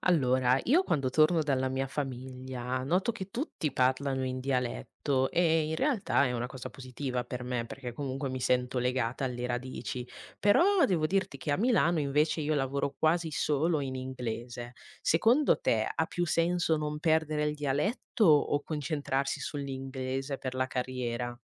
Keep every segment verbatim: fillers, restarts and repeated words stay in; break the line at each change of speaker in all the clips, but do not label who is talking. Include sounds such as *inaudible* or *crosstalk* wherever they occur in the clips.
Allora, io quando torno dalla mia famiglia noto che tutti parlano in dialetto e in realtà è una cosa positiva per me perché comunque mi sento legata alle radici, però devo dirti che a Milano invece io lavoro quasi solo in inglese. Secondo te ha più senso non perdere il dialetto o concentrarsi sull'inglese per la carriera?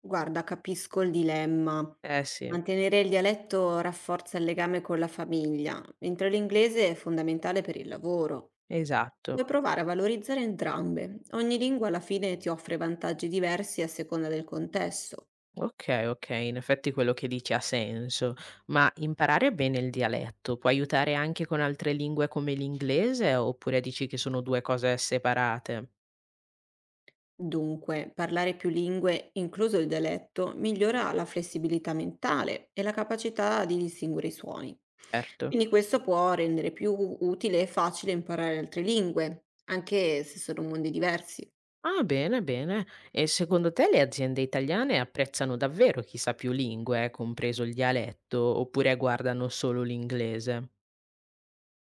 Guarda, capisco il dilemma.
Eh sì,
Mantenere il dialetto rafforza il legame con la famiglia, mentre l'inglese è fondamentale per il lavoro.
esatto.
Puoi provare a valorizzare entrambe. Ogni lingua alla fine ti offre vantaggi diversi a seconda del contesto.
Okay, okay, in effetti quello che dici ha senso, ma imparare bene il dialetto può aiutare anche con altre lingue come l'inglese oppure dici che sono due cose separate?
Dunque, parlare più lingue, incluso il dialetto, migliora la flessibilità mentale e la capacità di distinguere i suoni.
Certo.
Quindi questo può rendere più utile e facile imparare altre lingue, anche se sono mondi diversi.
Ah, bene, bene. E secondo te le aziende italiane apprezzano davvero chi sa più lingue, eh, compreso il dialetto, oppure guardano solo l'inglese?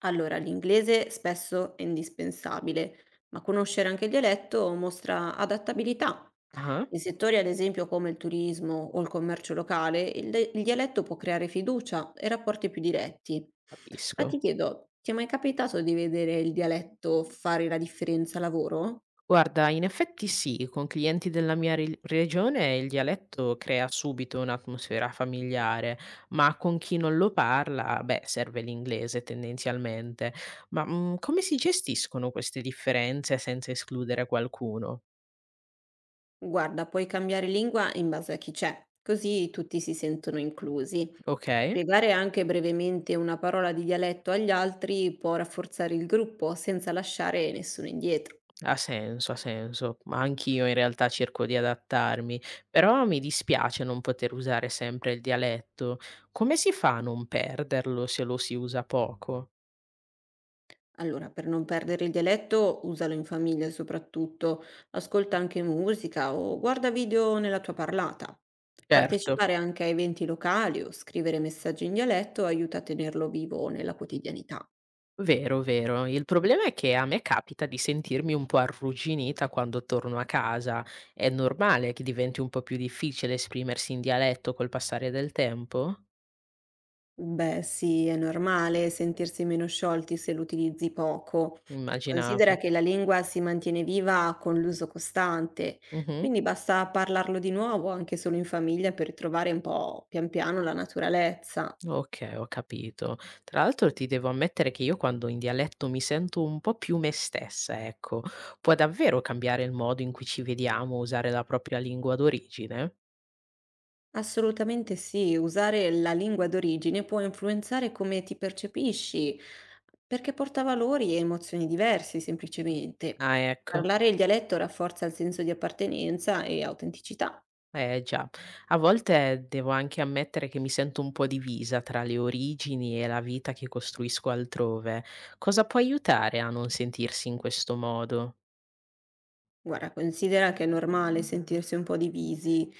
Allora, l'inglese spesso è indispensabile, ma conoscere anche il dialetto mostra adattabilità.
Ah-ah,
In settori, ad esempio, come il turismo o il commercio locale, il, de- il dialetto può creare fiducia e rapporti più diretti.
capisco.
Ma ti chiedo, ti è mai capitato di vedere il dialetto fare la differenza al lavoro?
Guarda, in effetti sì, con clienti della mia re- regione il dialetto crea subito un'atmosfera familiare, ma con chi non lo parla, beh, serve l'inglese tendenzialmente. Ma mm, come si gestiscono queste differenze senza escludere qualcuno?
Guarda, puoi cambiare lingua in base a chi c'è, così tutti si sentono inclusi.
Ok,
Spiegare anche brevemente una parola di dialetto agli altri può rafforzare il gruppo senza lasciare nessuno indietro.
ha senso, ha senso. Ma anch'io in realtà cerco di adattarmi, però mi dispiace non poter usare sempre il dialetto. Come si fa a non perderlo se lo si usa poco?
Allora, per non perdere il dialetto, usalo in famiglia soprattutto, ascolta anche musica o guarda video nella tua parlata.
Certo.
Partecipare anche a eventi locali o scrivere messaggi in dialetto aiuta a tenerlo vivo nella quotidianità.
Vero, vero. Il problema è che a me capita di sentirmi un po' arrugginita quando torno a casa. È normale che diventi un po' più difficile esprimersi in dialetto col passare del tempo?
Beh, sì, è normale sentirsi meno sciolti se l'utilizzi poco. Considera
Immaginavo.
che la lingua si mantiene viva con l'uso costante,
Mh-mh.
quindi basta parlarlo di nuovo anche solo in famiglia per trovare un po' pian piano la naturalezza.
Okay, ho capito. Tra l'altro ti devo ammettere che io quando in dialetto mi sento un po' più me stessa, ecco. Può davvero cambiare il modo in cui ci vediamo, usare la propria lingua d'origine?
Assolutamente sì, usare la lingua d'origine può influenzare come ti percepisci, perché porta valori e emozioni diversi, semplicemente.
Ah, ecco.
Parlare il dialetto rafforza il senso di appartenenza e autenticità.
Eh già, a volte devo anche ammettere che mi sento un po' divisa tra le origini e la vita che costruisco altrove. Cosa può aiutare a non sentirsi in questo modo?
Guarda, considera che è normale sentirsi un po' divisi.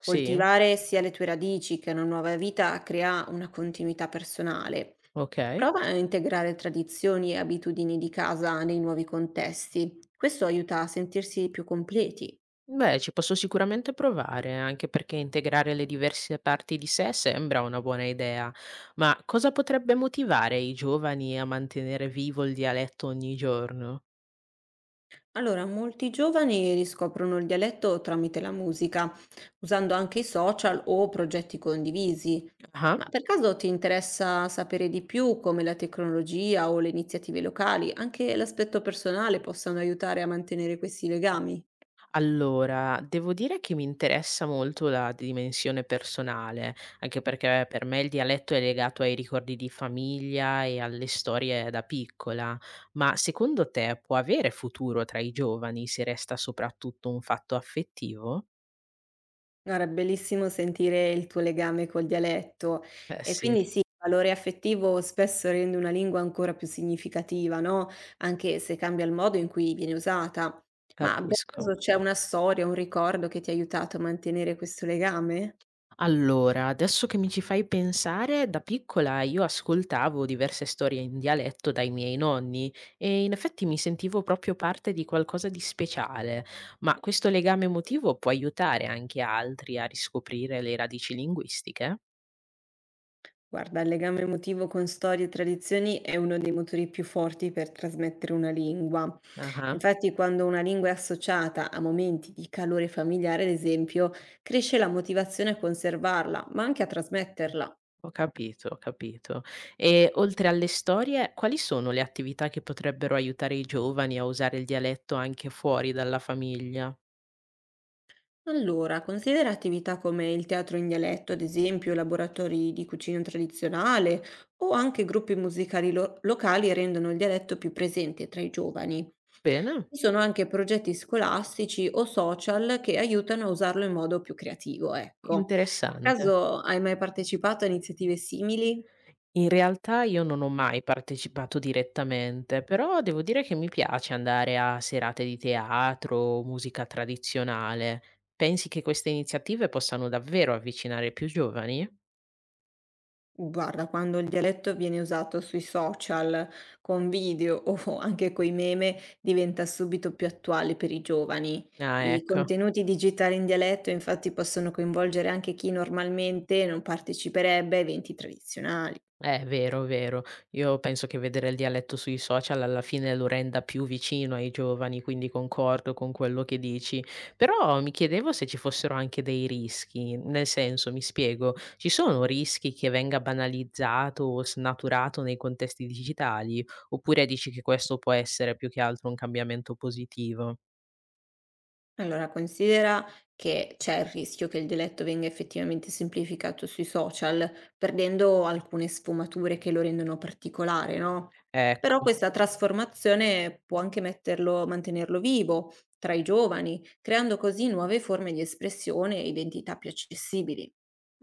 Sì?
Coltivare sia le tue radici che una nuova vita crea una continuità personale.
Ok.
Prova a integrare tradizioni e abitudini di casa nei nuovi contesti. Questo aiuta a sentirsi più completi.
Beh, ci posso sicuramente provare, anche perché integrare le diverse parti di sé sembra una buona idea. Ma cosa potrebbe motivare i giovani a mantenere vivo il dialetto ogni giorno?
Allora, molti giovani riscoprono il dialetto tramite la musica, usando anche i social o progetti condivisi.
Ah?
Ma per caso ti interessa sapere di più come la tecnologia o le iniziative locali, anche l'aspetto personale, possano aiutare a mantenere questi legami?
Allora, devo dire che mi interessa molto la dimensione personale, anche perché per me il dialetto è legato ai ricordi di famiglia e alle storie da piccola, ma secondo te può avere futuro tra i giovani se resta soprattutto un fatto affettivo?
Guarda, è bellissimo sentire il tuo legame col dialetto
Eh
e
sì,
quindi sì, il valore affettivo spesso rende una lingua ancora più significativa, no? Anche se cambia il modo in cui viene usata. Ma per
capisco.
caso c'è una storia, un ricordo che ti ha aiutato a mantenere questo legame?
Allora, adesso che mi ci fai pensare, da piccola io ascoltavo diverse storie in dialetto dai miei nonni e in effetti mi sentivo proprio parte di qualcosa di speciale, ma questo legame emotivo può aiutare anche altri a riscoprire le radici linguistiche?
Guarda, il legame emotivo con storie e tradizioni è uno dei motori più forti per trasmettere una lingua.
Ah,
Infatti, quando una lingua è associata a momenti di calore familiare, ad esempio, cresce la motivazione a conservarla, ma anche a trasmetterla.
ho capito, ho capito. E oltre alle storie, quali sono le attività che potrebbero aiutare i giovani a usare il dialetto anche fuori dalla famiglia?
Allora, considera attività come il teatro in dialetto, ad esempio, laboratori di cucina tradizionale o anche gruppi musicali lo- locali rendono il dialetto più presente tra i giovani.
Bene,
Ci sono anche progetti scolastici o social che aiutano a usarlo in modo più creativo, ecco. A
interessante.
caso hai mai partecipato a iniziative simili?
In realtà io non ho mai partecipato direttamente, però devo dire che mi piace andare a serate di teatro o musica tradizionale. Pensi che queste iniziative possano davvero avvicinare più giovani?
Guarda, quando il dialetto viene usato sui social, con video o *laughs* anche coi meme, diventa subito più attuale per i giovani.
Ah,
I
ecco.
contenuti digitali in dialetto infatti possono coinvolgere anche chi normalmente non parteciperebbe a eventi tradizionali.
Eh, vero, vero. Io penso che vedere il dialetto sui social alla fine lo renda più vicino ai giovani, quindi concordo con quello che dici. Però mi chiedevo se ci fossero anche dei rischi, nel senso, mi spiego, ci sono rischi che venga banalizzato o snaturato nei contesti digitali? Oppure dici che questo può essere più che altro un cambiamento positivo?
Allora, considera che c'è il rischio che il dialetto venga effettivamente semplificato sui social, perdendo alcune sfumature che lo rendono particolare, no? Però
Ecco.
questa trasformazione può anche metterlo, mantenerlo vivo tra i giovani, creando così nuove forme di espressione e identità più accessibili.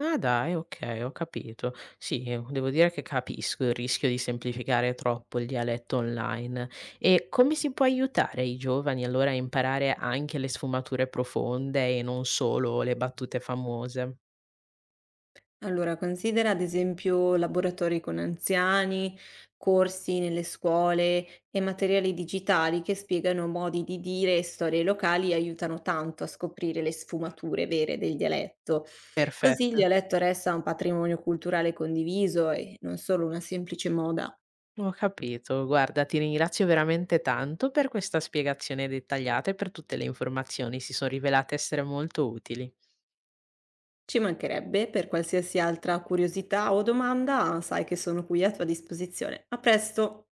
Ah dai, okay, ho capito. Sì, ehm, devo dire che capisco il rischio di semplificare troppo il dialetto online. E come si può aiutare i giovani allora a imparare anche le sfumature profonde e non solo le battute famose?
Allora, considera ad esempio laboratori con anziani, corsi nelle scuole e materiali digitali che spiegano modi di dire e storie locali e aiutano tanto a scoprire le sfumature vere del dialetto. Così il
Perfetto,
dialetto resta un patrimonio culturale condiviso e non solo una semplice moda.
ho capito. Guarda, ti ringrazio veramente tanto per questa spiegazione dettagliata e per tutte le informazioni, si son rivelate essere molto utili.
Ci mancherebbe, per qualsiasi altra curiosità o domanda, sai che sono qui a tua disposizione. A presto!